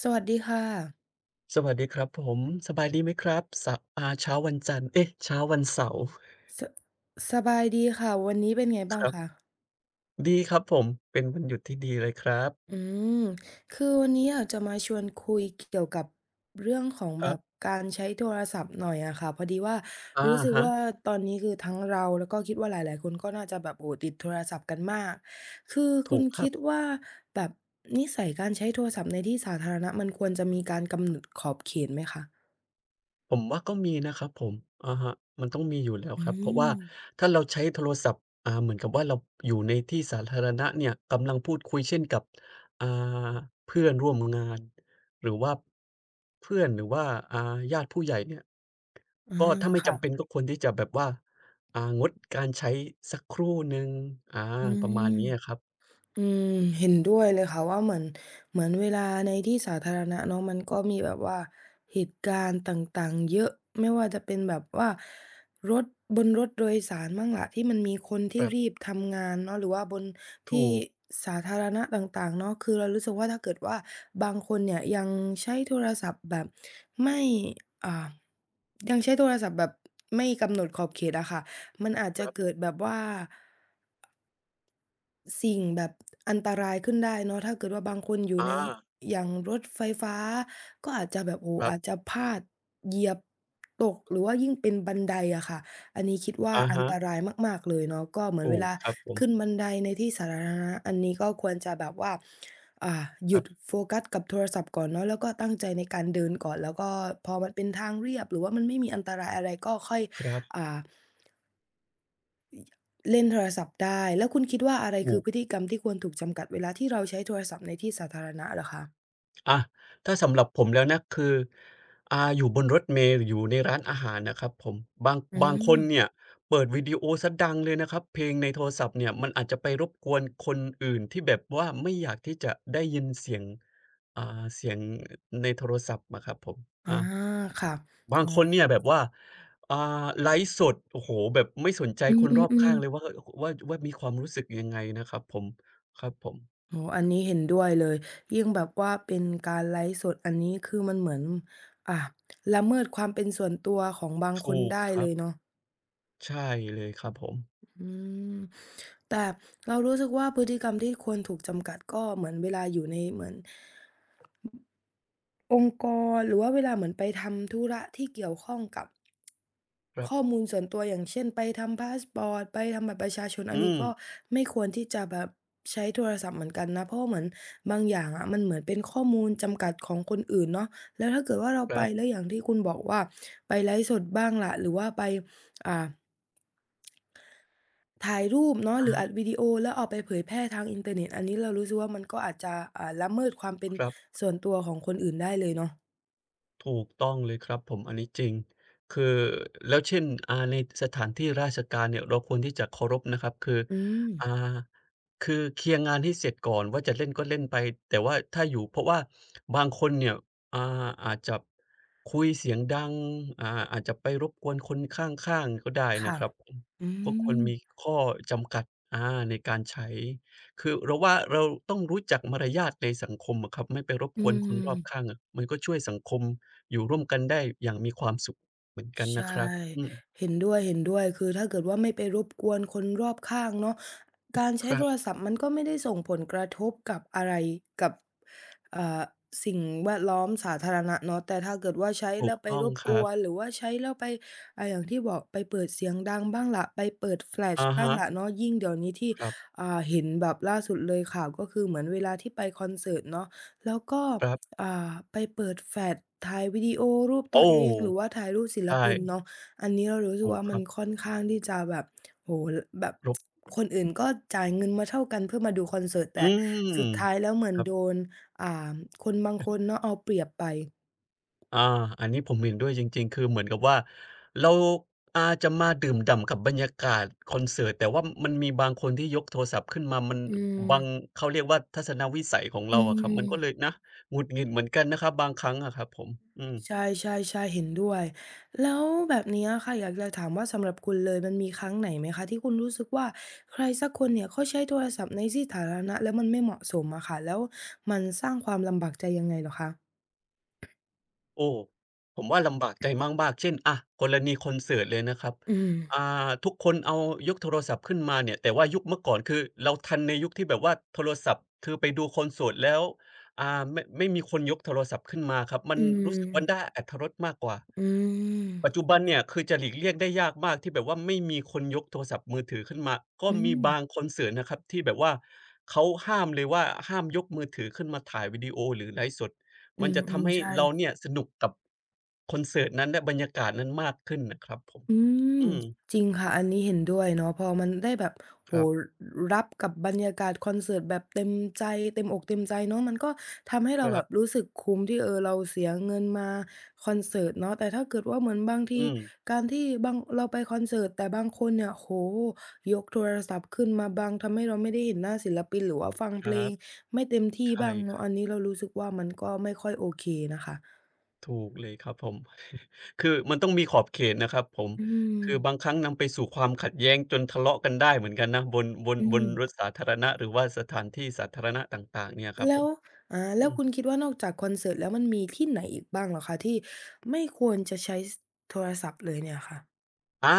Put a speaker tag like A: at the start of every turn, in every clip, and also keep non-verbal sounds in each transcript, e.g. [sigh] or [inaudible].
A: สวัสดีค่ะ
B: สวัสดีครับผมสบายดีไหมครับสะอ่าเช้าวันจันทร์เอ๊ะเช้าวันเสาร์
A: สสบายดีค่ะ วันนี้เป็นไง
B: ค
A: บ้าง
B: รั
A: คะ
B: บดีครับผมเป็นวันหยุดที่ดีเลยครับ
A: อืม คือวันนี้อยากจะมาชวนคุยเกี่ยวกับเรื่องของ
B: ค
A: แบ
B: รั
A: บ
B: บ
A: การใช้โทรศัพท์หน่อยอะค่ะพอดีว่า
B: อ
A: รู้สึก
B: ฮะ
A: ว่าตอนนี้คือทั้งเราแล้วก็คิดว่าหลายๆคนก็น่าจะแบบโอ้โฮติดโทรศัพท์กันมากคือคุ
B: ถู
A: ณ
B: กครั
A: คิ
B: บ
A: ดว่าแบบนิสัยการใช้โทรศัพท์ในที่สาธารณะมันควรจะมีการกำหนดขอบเขตไหมคะ
B: ผมว่าก็มีนะครับผมอะฮะมันต้องมีอยู่แล้ว
A: อื
B: ครับ เพราะว่า
A: ม
B: ถ้าเราใช้โทรศัพท์เหมือนกับว่าเราอยู่ในที่สาธารณะเนี่ยกำลังพูดคุยเช่นกับอ่าเพื่อนร่วมงาน หรือว่าเพื่อนหรือว่าอ่าญาติผู้ใหญ่เนี่ย
A: อา
B: ก็ถ้าไม่
A: ค่ะ
B: จำเป็นก็ควรที่จะแบบว่างดการใช้สักครู่หนึ่งอา
A: อื
B: ประมาณ
A: ม
B: นี้อะครับ
A: อืมเห็นด้วยเลยค่ะว่าเหมือนเหมือนเวลาในที่สาธารณะเนาะมันก็มีแบบว่าเหตุการณ์ต่างๆเยอะไม่ว่าจะเป็นแบบว่ารถบนรถโดยสารบ้างล่ะที่มันมีคน
B: ค
A: ที่
B: รั
A: รีบ
B: บ
A: ทำงานเนาะหรือว่าบน
B: ถู
A: ที่
B: ก
A: สาธารณะต่างๆเนาะคือเรารู้สึกว่าถ้าเกิดว่าบางคนเนี่ยยังใช้โทรศัพท์แบบไม่อ่ายังใช้โทรศัพท์แบบไม่กำหนดขอบเขตอะค่ะมันอาจ
B: ค
A: จะ
B: รับ
A: เกิดแบบว่า สิ่งแบบอันตรายขึ้นได้เนาะถ้าเกิดว่าบางคนอยู่
B: อา
A: ในอย่างรถไฟฟ้าก็อาจจะแบบโอ้โฮ
B: ครับ
A: อาจจะพลาดเหยียบตกหรือว่ายิ่งเป็นบันไดอะค่ะอันนี้คิดว่า
B: อะ
A: อัน
B: ฮะ
A: ตรายมากๆเลยเนาะก็เหมือนเว
B: ถูก
A: ลา
B: ครับผม
A: ขึ้นบันไดในที่สาธารณะอันนี้ก็ควรจะแบบว่าอ่าห
B: ค
A: ยุ
B: รั
A: ด
B: บ
A: โฟกัสกับโทรศัพท์ก่อนเนาะแล้วก็ตั้งใจในการเดินก่อนแล้วก็พอมันเป็นทางเรียบหรือว่ามันไม่มีอันตรายอะไรก็ค่อย
B: ครับ
A: อ่า เล่นโทรศัพท์ได้แล้วคุณคิดว่าอะไร
B: ถู
A: คือ
B: ก
A: พฤติกรรมที่ควรถูกจำกัดเวลาที่เราใช้โทรศัพท์ในที่สาธารณะเหรอคะ
B: อ่าถ้าสำหรับผมแล้วนะคืออยู่บนรถเมล์หรืออยู่ในร้านอาหารนะครับผมบาง
A: อื
B: บางคน
A: ม
B: เนี่ยเปิดวิดีโอเสียดังเลยนะครับเพลงในโทรศัพท์เนี่ยมันอาจจะไปรบกวนคนอื่นที่แบบว่าไม่อยากที่จะได้ยินเสียงอ่าเสียงในโทรศัพท์อะครับผม
A: อา
B: อา
A: ค่ะ
B: บา
A: อ๋
B: ง
A: อ
B: คนเนี่ยแบบว่าอ่าไลฟ์สดโอ้โฮแบบไม่สนใจ
A: อื
B: คนรอบ
A: ม
B: ข้าง
A: ๆ
B: เลย
A: ๆ
B: ว่ามีความรู้สึกยังไงนะครับผมครับผม
A: โอ้โฮอันนี้เห็นด้วยเลยยิ่งแบบว่าเป็นการไลฟ์สดอันนี้คือมันเหมือนอ่าละเมิดความเป็นส่วนตัวของบางคน
B: ถูก
A: ได้
B: ค
A: เล
B: รับ
A: ยเนาะ
B: ใช่เลยครับผม
A: อืมแต่เรารู้สึกว่าพฤติกรรมที่ควรถูกจำกัดก็เหมือนเวลาอยู่ในเหมือน องค์กรหรือว่าเวลาเหมือนไปทำธุระที่เกี่ยวข้องกับ
B: ครับ
A: ข้อมูลส่วนตัวอย่างเช่นไปทำพาสปอร์ตไปทำบัตรประชาชนอัน
B: อื
A: นี้
B: ม
A: ก็ไม่ควรที่จะแบบใช้โทรศัพท์เหมือนกันนะเพราะว่าเหมือนบางอย่างอะมันเหมือนเป็นข้อมูลจำกัดของคนอื่นเนาะแล้วถ้าเกิดว่าเรา
B: ค
A: ไป
B: รั
A: แล้ว
B: บ
A: อย่างที่คุณบอกว่าไปไลฟ์สดบ้างล่ะหรือว่าไปอ่าถ่ายรูปเนาะห
B: อะ
A: รือ
B: ฮะ
A: อัดวิดีโอแล้วเอาไปเผยแพร่ทางอินเทอร์เน็ตอันนี้เรารู้สึกว่ามันก็อาจจะละเมิดความเป็น
B: ครับ
A: ส่วนตัวของคนอื่นได้เลยเนาะ
B: ถูกต้องเลยครับผมอันนี้จริงคือแล้วเช่นในสถานที่ราชการเนี่ยเราควรที่จะเคารพนะครับคือ
A: อืม
B: อ่าคือเคลียร์งานให้เสร็จก่อนว่าจะเล่นก็เล่นไปแต่ว่าถ้าอยู่เพราะว่าบางคนเนี่ยอาจจะคุยเสียงดังอาจจะไปรบกวนคนข้างๆก็ได้นะ
A: ค่ะ
B: ครับผม
A: อื
B: ก็ควร
A: ม
B: มีข้อจำกัดอาในการใช้คือเราว่าเราต้องรู้จักมารยาทในสังคมอะครับไม่ไปรบ
A: อื
B: กวนคนรอบข้าง
A: ม
B: อะมันก็ช่วยสังคม อยู่ร่วมกันได้อย่างมีความสุขเหมือนกัน
A: ใช่
B: นะครับอืม
A: เห็นด้วยเห็นด้วยคือถ้าเกิดว่าไม่ไปรบกวนคนรอบข้างเนาะการ
B: ค
A: ใช้
B: รั
A: โทร
B: บ
A: ศัพท์มันก็ไม่ได้ส่งผลกระทบกับอะไรกับอ่าสิ่งแวดล้อมสาธารณะเนาะแต่ถ้าเกิดว่าใช้
B: ถู
A: แล้
B: ก
A: วไป
B: ต้อ
A: ร
B: ง
A: บ
B: ค
A: ก
B: รั
A: ว
B: บ
A: นหรือว่าใช้แล้วไปอย่างที่บอกไปเปิดเสียงดังบ้างล่ะไปเปิดแฟลช
B: อะ
A: บ้าง
B: ฮะ
A: ล่ะเนาะยิ่งเดี๋ยวนี้ที่
B: คร
A: เห็นแบบล่าสุดเลยข่าวก็คือเหมือนเวลาที่ไปคอนเสิร์ตเนาะแล้วก็
B: ับๆ
A: อ่าไปเปิดแฟลชถ่ายวิดีโอรูปตัว
B: โอ้
A: เองหรือว่าถ่ายรูปศิล
B: ใช่
A: ปินเนาะอันนี้เรารู้สึก
B: ถูก
A: ว่า
B: ค
A: มัน
B: รับ
A: ค่อนข้างที่จะแบบโอ้โฮแบบ
B: ครบ
A: คนอื่นก็จ่ายเงินมาเท่ากันเพื่อมาดูคอนเสิร์ต
B: อื
A: แต่
B: ม
A: สุดท้ายแล้วเหมือน
B: ครั
A: โด
B: บ
A: นอ่าคนบางคนเนาะเอาเปรียบไป
B: อาอันนี้ผมเห็นด้วยจริงๆคือเหมือนกับว่าเราจะมาดื่มด่ำกับบรรยากาศคอนเสิร์ตแต่ว่ามันมีบางคนที่ยกโทรศัพท์ขึ้นมา มัน
A: อืม
B: บังเขาเรียกว่าทัศนวิสัยของ
A: อื
B: เราอะครับมันก็เลย
A: ม
B: นะหงุดหงิดเหมือนกันนะครับบางครั้งอะครับผมอื
A: ใช
B: ม
A: ่ๆๆเห็นด้วยแล้วแบบเนี้ยค่ะอยากจะถามว่าสำหรับคุณเลยมันมีครั้งไหนไหมคะที่คุณรู้สึกว่าใครสักคนเนี่ยเขาใช้โทรศัพท์ในที่สาธารณะแล้วมันไม่เหมาะสมอะค่ะแล้วมันสร้างความลำบากใจยังไงเหรอคะ
B: โอ้ผมว่าลำบากใจมากๆเช่นอะกรณีคอนเสิร์ตเลยนะครับ
A: อื
B: อ่า
A: ม
B: ทุกคนเอายกโทรศัพท์ขึ้นมาเนี่ยแต่ว่ายุคเมื่อก่อนคือเราทันในยุคที่แบบว่าโทรศัพท์คือไปดูคอนเสิร์ตแล้วอ่าไม่มีคนยกโทรศัพท์ขึ้นมาครับมั
A: อื
B: นรู้สึกว่าได้
A: ม
B: อรรถรสมากกว่า
A: อืม
B: ปัจจุบันเนี่ยคือจะหลีกเลี่ยงได้ยากมากที่แบบว่าไม่มีคนยกโทรศัพท์มือถือขึ้นมาก็
A: อื
B: มี
A: ม
B: บางคอนเสิร์ตนะครับที่แบบว่าเขาห้ามเลยว่าห้ามยกมือถือขึ้นมาถ่ายวิดีโอหรือไลฟ์สด
A: อื
B: มันจะทำ
A: ม
B: ให้
A: ๆใช่
B: เราเนี่ยสนุกกับคอนเสิร์ตนั้นและบรรยากาศนั้นมากขึ้นนะครับผม
A: อืม
B: อืม
A: จริงค่ะอันนี้เห็นด้วยเนาะพอมันได้แบบ
B: ค
A: โอ้
B: รั
A: โฮ
B: บ
A: รับกับบรรยากาศคอนเสิร์ตแบบเต็มใจเต็มอกเต็มใจเนาะมันก็ทำให้
B: ค
A: เราแบ
B: รั
A: บ
B: บ
A: รู้สึกคุ้มที่เออเราเสียเงินมาคอนเสิร์ตเนาะแต่ถ้าเกิดว่าเหมือนบางที
B: อืม
A: การที่บางเราไปคอนเสิร์ตแต่บางคนเนี่ยโอ้โฮยกโทรศัพท์ขึ้นมาบังทำให้เราไม่ได้เห็นหน้าศิลปินหรือว่าฟัง
B: ค
A: เพล
B: รั
A: ง
B: บ
A: ไม่เต็มที่
B: ใช่
A: บ้าง
B: ค
A: เนาะ
B: รั
A: อัน
B: บ
A: นี้เรารู้สึกว่ามันก็ไม่ค่อยโอเคนะคะ
B: ถูกเลยครับผม [laughs] คือมันต้องมีขอบเขตนะครับผม
A: อืม
B: คือบางครั้งนำไปสู่ความขัดแย้งจนทะเลาะกันได้เหมือนกันนะบนบน
A: อื
B: บ
A: ม
B: นรถสาธารณะหรือว่าสถานที่สาธารณะต่างๆเนี่ยครับผ
A: แล้ว
B: มอื
A: แล้ว
B: ม
A: คุณคิดว่านอกจากคอนเสิร์ตแล้วมันมีที่ไหนอีกบ้างเหรอคะที่ไม่ควรจะใช้สโทรศัพท์เลยเนี่ยค่ะ
B: อา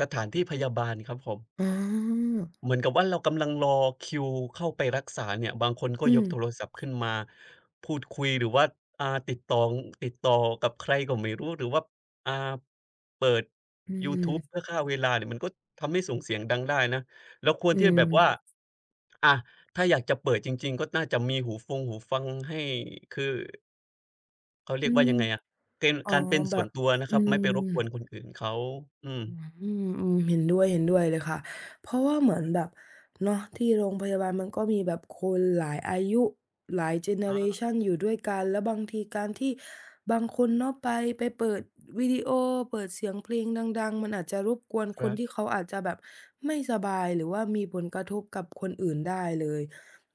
B: สถานที่พยาบาลครับผม
A: อ๋อ
B: เหมือนกับว่าเรากำลังรอคิวเข้าไปรักษาเนี่ยบางคนก็
A: อื
B: ย
A: ม
B: กโทรศัพท์ขึ้นมาพูดคุยหรือว่าอ่าติดต่อติดต่อกับใครก็ไม่รู้หรือว่าอ่าเปิด
A: อื
B: ยู
A: ม
B: ทูบเพื่อฆ่าเวลาเนี่ยมันก็ทำให้ส่งเสียงดังได้นะเราควร
A: อื
B: ที่จะแบบว่า
A: ม
B: อาถ้าอยากจะเปิดจริงๆก็น่าจะมีหูฟังให้คือเขาเรี
A: อื
B: ยกว่า
A: ม
B: ยังไงอะเป็น
A: อ๋อ
B: การเป็น
A: แบ
B: ส่ว
A: บ
B: นตัวนะค
A: อื
B: รับไม่ไป
A: ม
B: รบกวนคนอื่นเขาอืม
A: อืเห็นด้วยเห็นด้วยเลยค่ะ เพราะว่าเหมือนแบบเนาะที่โรงพยาบาลมันก็มีแบบคนหลายอายุหลายเจเนอเร
B: อา
A: ชันอยู่ด้วยกันแล้วบางทีการที่บางคนเนาะไปเปิดวิดีโอเปิดเสียงเพลงดังๆมันอาจจะรบกวน
B: ค
A: คน
B: รั
A: ที่
B: บ
A: เขาอาจจะแบบไม่สบายหรือว่ามีผลกระทบกับคนอื่นได้เลย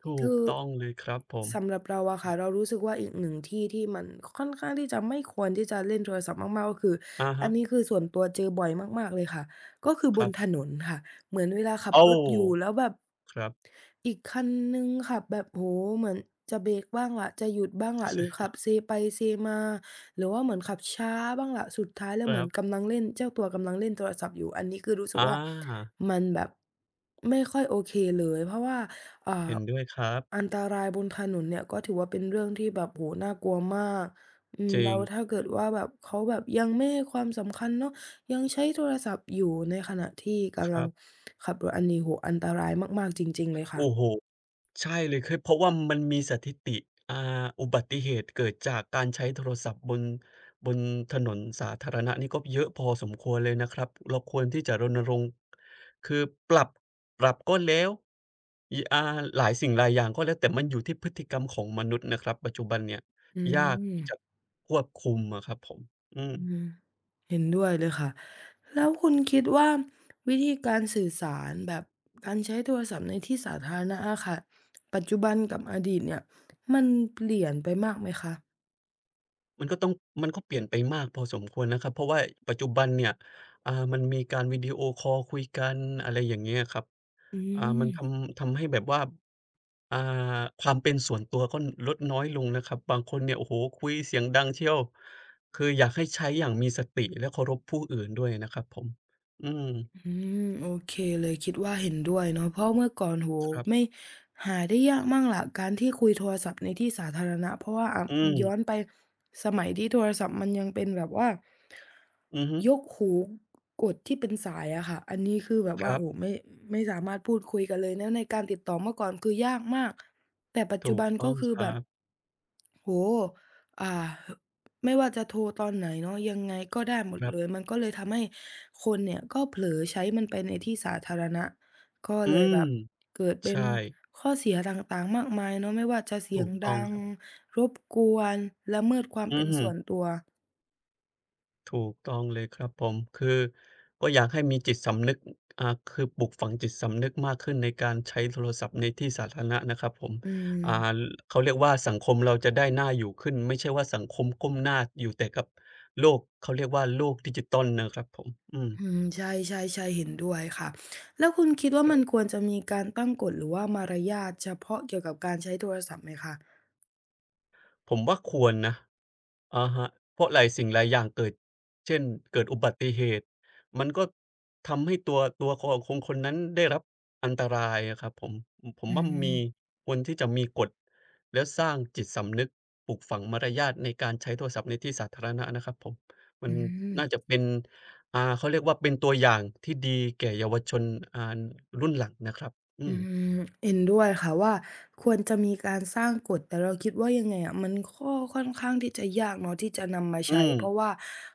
B: ถู
A: คื
B: ก
A: อ
B: ต้องเลยครับผม
A: สำหรับเราอะค่ะเรารู้สึกว่าอีกหนึ่งที่ที่มันค่อนข้างที่จะไม่ควรที่จะเล่นโทรศัพท์มากๆก็คือ
B: อะ
A: อัน
B: ฮะ
A: นี้คือส่วนตัวเจอบ่อยมากๆเลยค่ะก็คือบ
B: ค
A: น
B: รั
A: ถ
B: บ
A: นนค่ะเหมือนเวลาขับ
B: โอ้
A: รถอยู่แล้วแบบ
B: ครับ
A: อีกคันหนึ่งขับแบบโอ้โฮเหมือนจะเบรกบ้างล่ะจะหยุดบ้างล่ะหรือขับ
B: [laughs]
A: เซไปเซมาหรือว่าเหมือนขับช้าบ้างล่ะสุดท้ายแล้ว
B: ค
A: เหมื
B: รั
A: อน
B: บ
A: กำลังเล่นเจ้าตัวกำลังเล่นโทรศัพท์อยู่อันนี้คือรู้สึก
B: อ
A: ว่า
B: า
A: มันแบบไม่ค่อยโอเคเลยเพราะว่า อ่า
B: เห็นด้วยครับ
A: อันตรายบนถนนเนี่ยก็ถือว่าเป็นเรื่องที่แบบโอ้โฮน่ากลัวมากอืม
B: จริ
A: แล้
B: ง
A: วถ้าเกิดว่าแบบเขาแบบยังไม่ให้ความสำคัญเนาะยังใช้โทรศัพท์อยู่ในขณะที่
B: ค
A: กำลั
B: รั
A: ง
B: บ
A: ขับรถอันนี้โอ้โฮอันตรายมากๆจริงๆเลย
B: โอ้
A: ค่ะ
B: โหใช่เลยคือเพราะว่ามันมีสถิติอ่าอุบัติเหตุเกิดจากการใช้โทรศัพท์บนบนถนนสาธารณะนี่ก็เยอะพอสมควรเลยนะครับเราควรที่จะรณรงค์คือปรับก็แล้วออ่าหลายสิ่งหลายอย่างก็แล้วแต่มันอยู่ที่พฤติกรรมของมนุษย์นะครับปัจจุบันเนี่ย
A: อื
B: ยาก
A: ม
B: ที่จะควบคุมอะครับผมอืม
A: อืมเห็นด้วยเลยค่ะแล้วคุณคิดว่าวิธีการสื่อสารแบบการใช้โทรศัพท์ในที่สาธารณะอะค่ะปัจจุบันกับอดีตเนี่ยมันเปลี่ยนไปมากไหมคะ
B: มันก็ต้องมันก็เปลี่ยนไปมากพอสมควรนะครับเพราะว่าปัจจุบันเนี่ยมันมีการวิดีโอคอลคุยกันอะไรอย่างเงี้ยครับ
A: อื
B: มันท
A: ม
B: ำทำให้แบบว่าอ่าความเป็นส่วนตัวก็ลดน้อยลงนะครับบางคนเนี่ยโอ้โฮคุยเสียงดังเชียวคืออยากให้ใช้อย่างมีสติและเคารพผู้อื่นด้วยนะครับผมอืม
A: อืโอเคเลยคิดว่าเห็นด้วยเนาะเพราะเมื่อก่อนโห
B: ครั
A: ไม่
B: บ
A: หาได้ยากมากล่ะการที่คุยโทรศัพท์ในที่สาธารณะเพราะว่าอา
B: อืม
A: ย้อนไปสมัยที่โทรศัพท์มันยังเป็นแบบว่า
B: อือฮึ
A: ยกหูกดที่เป็นสายอะค่ะอันนี้คือแบบ
B: ค
A: ว่า
B: รั
A: โอ้
B: บ
A: ไม่สามารถพูดคุยกันเลยแล้วในการติดต่อเมื่อก่อนคือยากมากแต่ปัจจุ
B: ถูก
A: บัน
B: ต้
A: ก็
B: อง
A: คือ
B: ค
A: แบ
B: รั
A: บ
B: บ
A: โอ้โฮอ่าไม่ว่าจะโทรตอนไหนเนาะยังไงก็ได้หมด
B: ครั
A: เลย
B: บ
A: มันก็เลยทำให้คนเนี่ยก็เผลอใช้มันไปในที่สาธารณะก็
B: อื
A: เลยแบ
B: ม
A: บเกิดเป็น
B: ใช่
A: ข้อเสียต่างๆมากมายเนาะไม่ว่าจะเสีย
B: ถู
A: ง
B: กต้อง
A: ดัง
B: ครับ
A: รบกวนละเมิดความ
B: อื
A: เป็
B: อ
A: น
B: ฮึ
A: ส่วนตัว
B: ถูกต้องเลยครับผมคือก็อยากให้มีจิตสำนึกอ่าคือปลูกฝังจิตสำนึกมากขึ้นในการใช้โทรศัพท์ในที่สาธารณะนะครับผม
A: อื
B: อ่า
A: ม
B: เขาเรียกว่าสังคมเราจะได้น่าอยู่ขึ้นไม่ใช่ว่าสังคมก้มหน้าอยู่แต่กับโลกเขาเรียกว่าโลกดิจิทัลนะครับผมอืม
A: อืมใช่ๆๆเห็นด้วยค่ะแล้วคุณคิดว่ามันควรจะมีการตั้งกฎหรือว่ามารยาทเฉพาะเกี่ยวกับการใช้โทรศัพท์ไหมคะ
B: ผมว่าควรนะอะฮะเพราะหลายสิ่งหลายอย่างเกิด เช่นเกิดอุบัติเหตุ มันก็ทำให้ตัวตัวของคนคนนั้นได้รับอันตรายอะครับผมอือผม
A: อื
B: ว่า
A: ม
B: มีควรที่จะมีกฎแล้วสร้างจิตสำนึกปลูกฝังมารยาทในการใช้โทรศัพท์ในที่สาธารณะนะครับผมมัน
A: อืม
B: น่าจะเป็นเขาเรียกว่าเป็นตัวอย่างที่ดีแก่เยาวชนอ่ารุ่นหลังนะครับอื
A: อื
B: ม
A: มเห็นด้วยค่ะว่าควรจะมีการสร้างกฎแต่เราคิดว่ายังไงอะมันก็ค่อนข้างที่จะยากเนาะที่จะนำมา
B: อื
A: ใช้เพราะ
B: ม
A: ว่า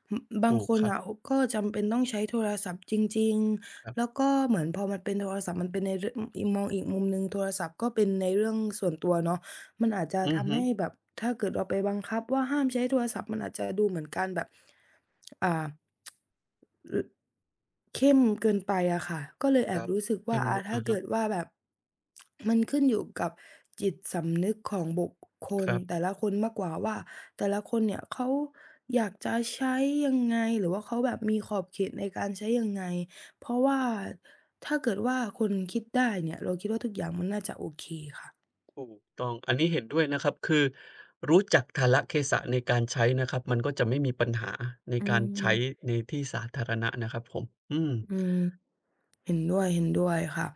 A: อบาง
B: ถูก
A: คน
B: ครับ
A: อ่ะก็จำเป็นต้องใช้โทรศัพท์จริง
B: ครั
A: ๆ
B: บ
A: แล้วก็เหมือนพอมันเป็นโทรศัพท์มันเป็นในเรื่องมองอีกมุมหนึ่งโทรศัพท์ก็เป็นในเรื่องส่วนตัวเนาะมันอาจจะ
B: อือ
A: ทำ
B: ฮึ
A: ให้แบบถ้าเกิดเราไปบังคับว่าห้ามใช้โทรศัพท์มันอาจจะดูเหมือนการแบบอ่า เข้มเกินไปอะค่ะก็เลยแอ
B: ค
A: บ
B: รับ
A: รู้สึกว่า
B: เข้มง
A: อา
B: วด
A: ถ้า
B: อะ
A: เกิ
B: ฮะ
A: ดว่าแบบมันขึ้นอยู่กับจิตสำนึกของบุคค
B: ค
A: ล
B: รับ
A: แต่ละคนมากกว่าว่าแต่ละคนเนี่ยเขาอยากจะใช้ยังไงหรือว่าเขาแบบมีขอบเขตในการใช้ยังไงเพราะว่าถ้าเกิดว่าคนคิดได้เนี่ยเราคิดว่าทุกอย่างมันน่าจะโอเคค่ะ
B: ถูกต้องอันนี้เห็นด้วยนะครับคือรู้จักกาลเทศะในการใช้นะครับมันก็จะไม่มีปัญหาใน
A: อื
B: การใช้
A: ม
B: ในที่สาธารณะนะครับผมอืม
A: อืมเห็นด้วยเห็นด้วยค่ะ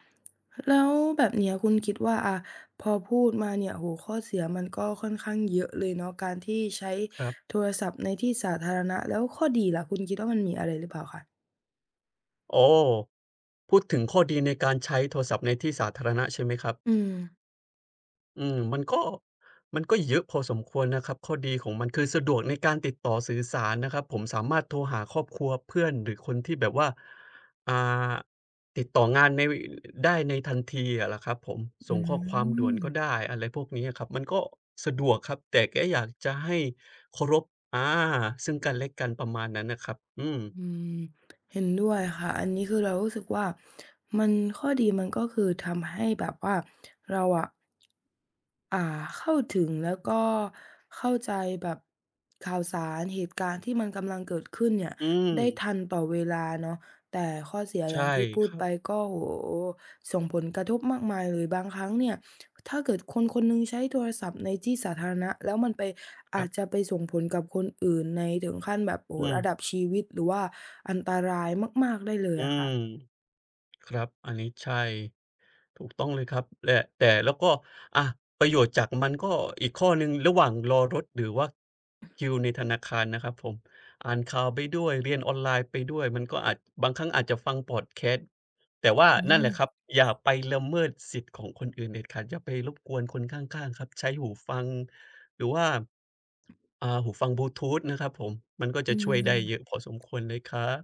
A: แล้วแบบเนี้ยคุณคิดว่าอ่ะพอพูดมาเนี่ยโอ้โฮข้อเสียมันก็ค่อนข้างเยอะเลยเนาะการที่ใช้
B: ครับ
A: โทรศัพท์ในที่สาธารณะแล้วข้อดีล่ะคุณคิดว่ามันมีอะไรหรือเปล่าคะ
B: โอ้พูดถึงข้อดีในการใช้โทรศัพท์ในที่สาธารณะใช่ไหมครับ
A: อืม
B: อืมมันก็มันก็เยอะพอสมควรนะครับข้อดีของมันคือสะดวกในการติดต่อสื่อสารนะครับผมสามารถโทรหาครอบครัวเพื่อนหรือคนที่แบบว่าอ่าติดต่องานในได้ในทันทีอะละครับผม
A: อื
B: ส่งข้อความด่วน
A: ม
B: ก็ได้อะไรพวกนี้อะครับมันก็สะดวกครับแต่แค่อยากจะให้เคารพอาซึ่งกันและกันประมาณนั้นน่ะครับอืม
A: อืมเห็นด้วยค่ะ อันนี้คือเรารู้สึกว่ามันข้อดีมันก็คือทำให้แบบว่าเราอะอ่าเข้าถึงแล้วก็เข้าใจแบบข่าวสารเหตุการณ์ที่มันกำลังเกิดขึ้นเนี่ย
B: อืม
A: ได้ทันต่อเวลาเนาะ แต่ข้อเสียอ
B: ใช่
A: ย่างที่พู
B: ค
A: ด
B: รั
A: ไป
B: บ
A: ก็โอ้โฮส่งผลกระทบมากมายเลยบางครั้งเนี่ยถ้าเกิดคนคนหนึ่งใช้โทรศัพท์ในที่สาธารณะแล้วมันไป
B: ค
A: อา
B: รั
A: จ
B: บ
A: จะไปส่งผลกับคนอื่นในถึงขั้นแบบโอ้โฮ
B: อืม
A: ระดับชีวิตหรือว่าอันตรายมากๆได้เลย
B: อื
A: อะ
B: ม
A: ค่ะ
B: ครับ อันนี้ใช่ถูกต้องเลยครับแหละแต่แล้วก็อะประโยชน์จากมันก็อีกข้อหนึ่งระหว่างรอรถหรือว่าคิวในธนาคารนะครับผมอ่านข่าวไปด้วยเรียนออนไลน์ไปด้วย มันก็อาจบางครั้งอาจจะฟังพอดแคสต์แต่ว่า
A: อื
B: นั่นแห
A: ม
B: ละครับอย่าไปละเมิดสิทธิ์ของคนอื่นเด็ดขาดอย่าไปรบกวนคนข้างๆครับใช้หูฟังหรือว่าหูฟังบลูทูธนะครับผมมันก็
A: อื
B: จะช่วยได้เย
A: ม
B: อะพอสมควรเลยครับ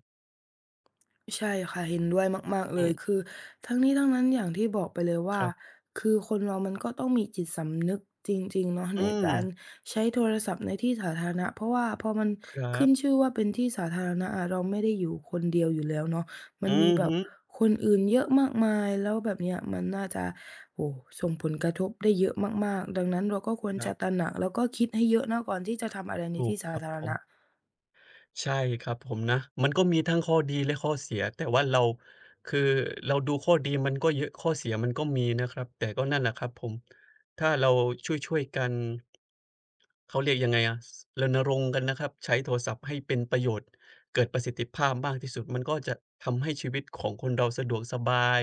A: ใช่ค่ะเห็นด้วยมากๆเล
B: อื
A: ยคื
B: ม
A: อทั้งนี้ทั้งนั้นอย่างที่บอกไปเลย
B: ค
A: ว่า
B: รับ
A: คือคนเรามันก็ต้องมีจิตสำนึกจริงๆเนาะ
B: อื
A: ใน
B: ม
A: การใช้โทรศัพท์ในที่สาธารณะเพราะว่าพอมัน
B: ครั
A: ขึ้
B: บ
A: นชื่อว่าเป็นที่สาธารณะอะเราไม่ได้อยู่คนเดียวอยู่แล้วเนาะมัน
B: อื
A: มี
B: อ
A: แบบ
B: ฮึ
A: คนอื่นเยอะมากมายแล้วแบบเนี้ยมันน่าจะโอ้โฮส่งผลกระทบได้เยอะมากๆดังนั้นเราก็ควร
B: ครั
A: จะ
B: บ
A: ตระหนักแล้วก็คิดให้เยอะนะก่อนที่จะทำอะไรใน
B: ถูก
A: ที่สา
B: ครับ
A: ธาร
B: ผม
A: ณะ
B: ใช่ครับผมนะมันก็มีทั้งข้อดีและข้อเสียแต่ว่าเราคือเราดูข้อดีมันก็เยอะข้อเสียมันก็มีนะครับแต่ก็นั่นแหละครับผมถ้าเราช่วยๆกันเขาเรียกยังไงอะสรณรงค์กันนะครับใช้โทรศัพท์ให้เป็นประโยชน์เกิดประสิทธิภาพมากที่สุดมันก็จะทำให้ชีวิตของคนเราสะดวกสบาย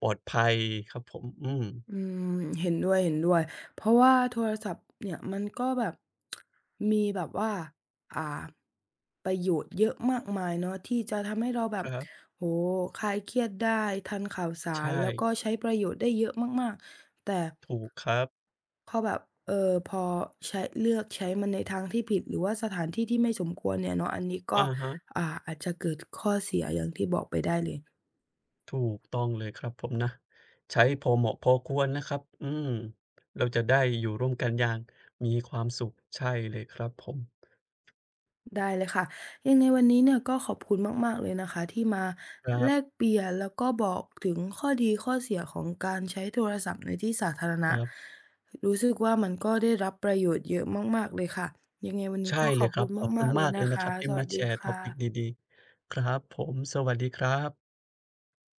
B: ปลอดภัยครับผมอืม
A: อืมเห็นด้วยเห็นด้วย เพราะว่าโทรศัพท์เนี่ยมันก็แบบ [tsk] มีแบบว่าอ่าประโยชน์เยอะมากมายเนาะที่จะทำให้เราแบ
B: ค
A: บ
B: รับ
A: โหคลายเครียดได้ทันข่าวสา
B: ใช
A: ร
B: ่
A: แล้วก็ใช้ประโยชน์ได้เยอะมากๆแต่
B: ถูกครับ
A: พอแบบพอใช้เลือกใช้มันในทางที่ผิดหรือว่าสถานที่ที่ไม่สมควรเนี่ยเนาะอันนี้ก็
B: อะฮะ
A: อาจจะเกิดข้อเสียอย่างที่บอกไปได้เลย
B: ถูกต้องเลยครับผมนะใช้พอเหมาะพอควรนะครับอืมเราจะได้อยู่ร่วมกันอย่างมีความสุขใช่เลยครับผม
A: ได้เลยค่ะยังไงวันนี้เนี่ยก็ขอบคุณมากๆเลยนะคะที่มา
B: ครั
A: แล
B: บ
A: กเปลี่ยนแล้วก็บอกถึงข้อดีข้อเสียของการใช้โทรศัพท์ในที่สาธาร
B: ค
A: ณะ
B: รับ
A: รู้สึกว่ามันก็ได้รับประโยชน์เยอะมากๆเลยค่ะยังไงวันนี้
B: ใช่
A: ก็ข
B: เล
A: อ
B: ย
A: บ
B: ค
A: คุ
B: รับ
A: ณ
B: ขอบคุ
A: มา
B: ณ
A: กๆเล
B: มา
A: ย
B: กเล
A: นะ
B: ยนะค
A: คะ
B: รับ
A: ส
B: ที่
A: วั
B: มา
A: ส
B: แช
A: ดี
B: ร์
A: ค
B: topic
A: ่ะ
B: ดีๆครับผมสวัสดีครับ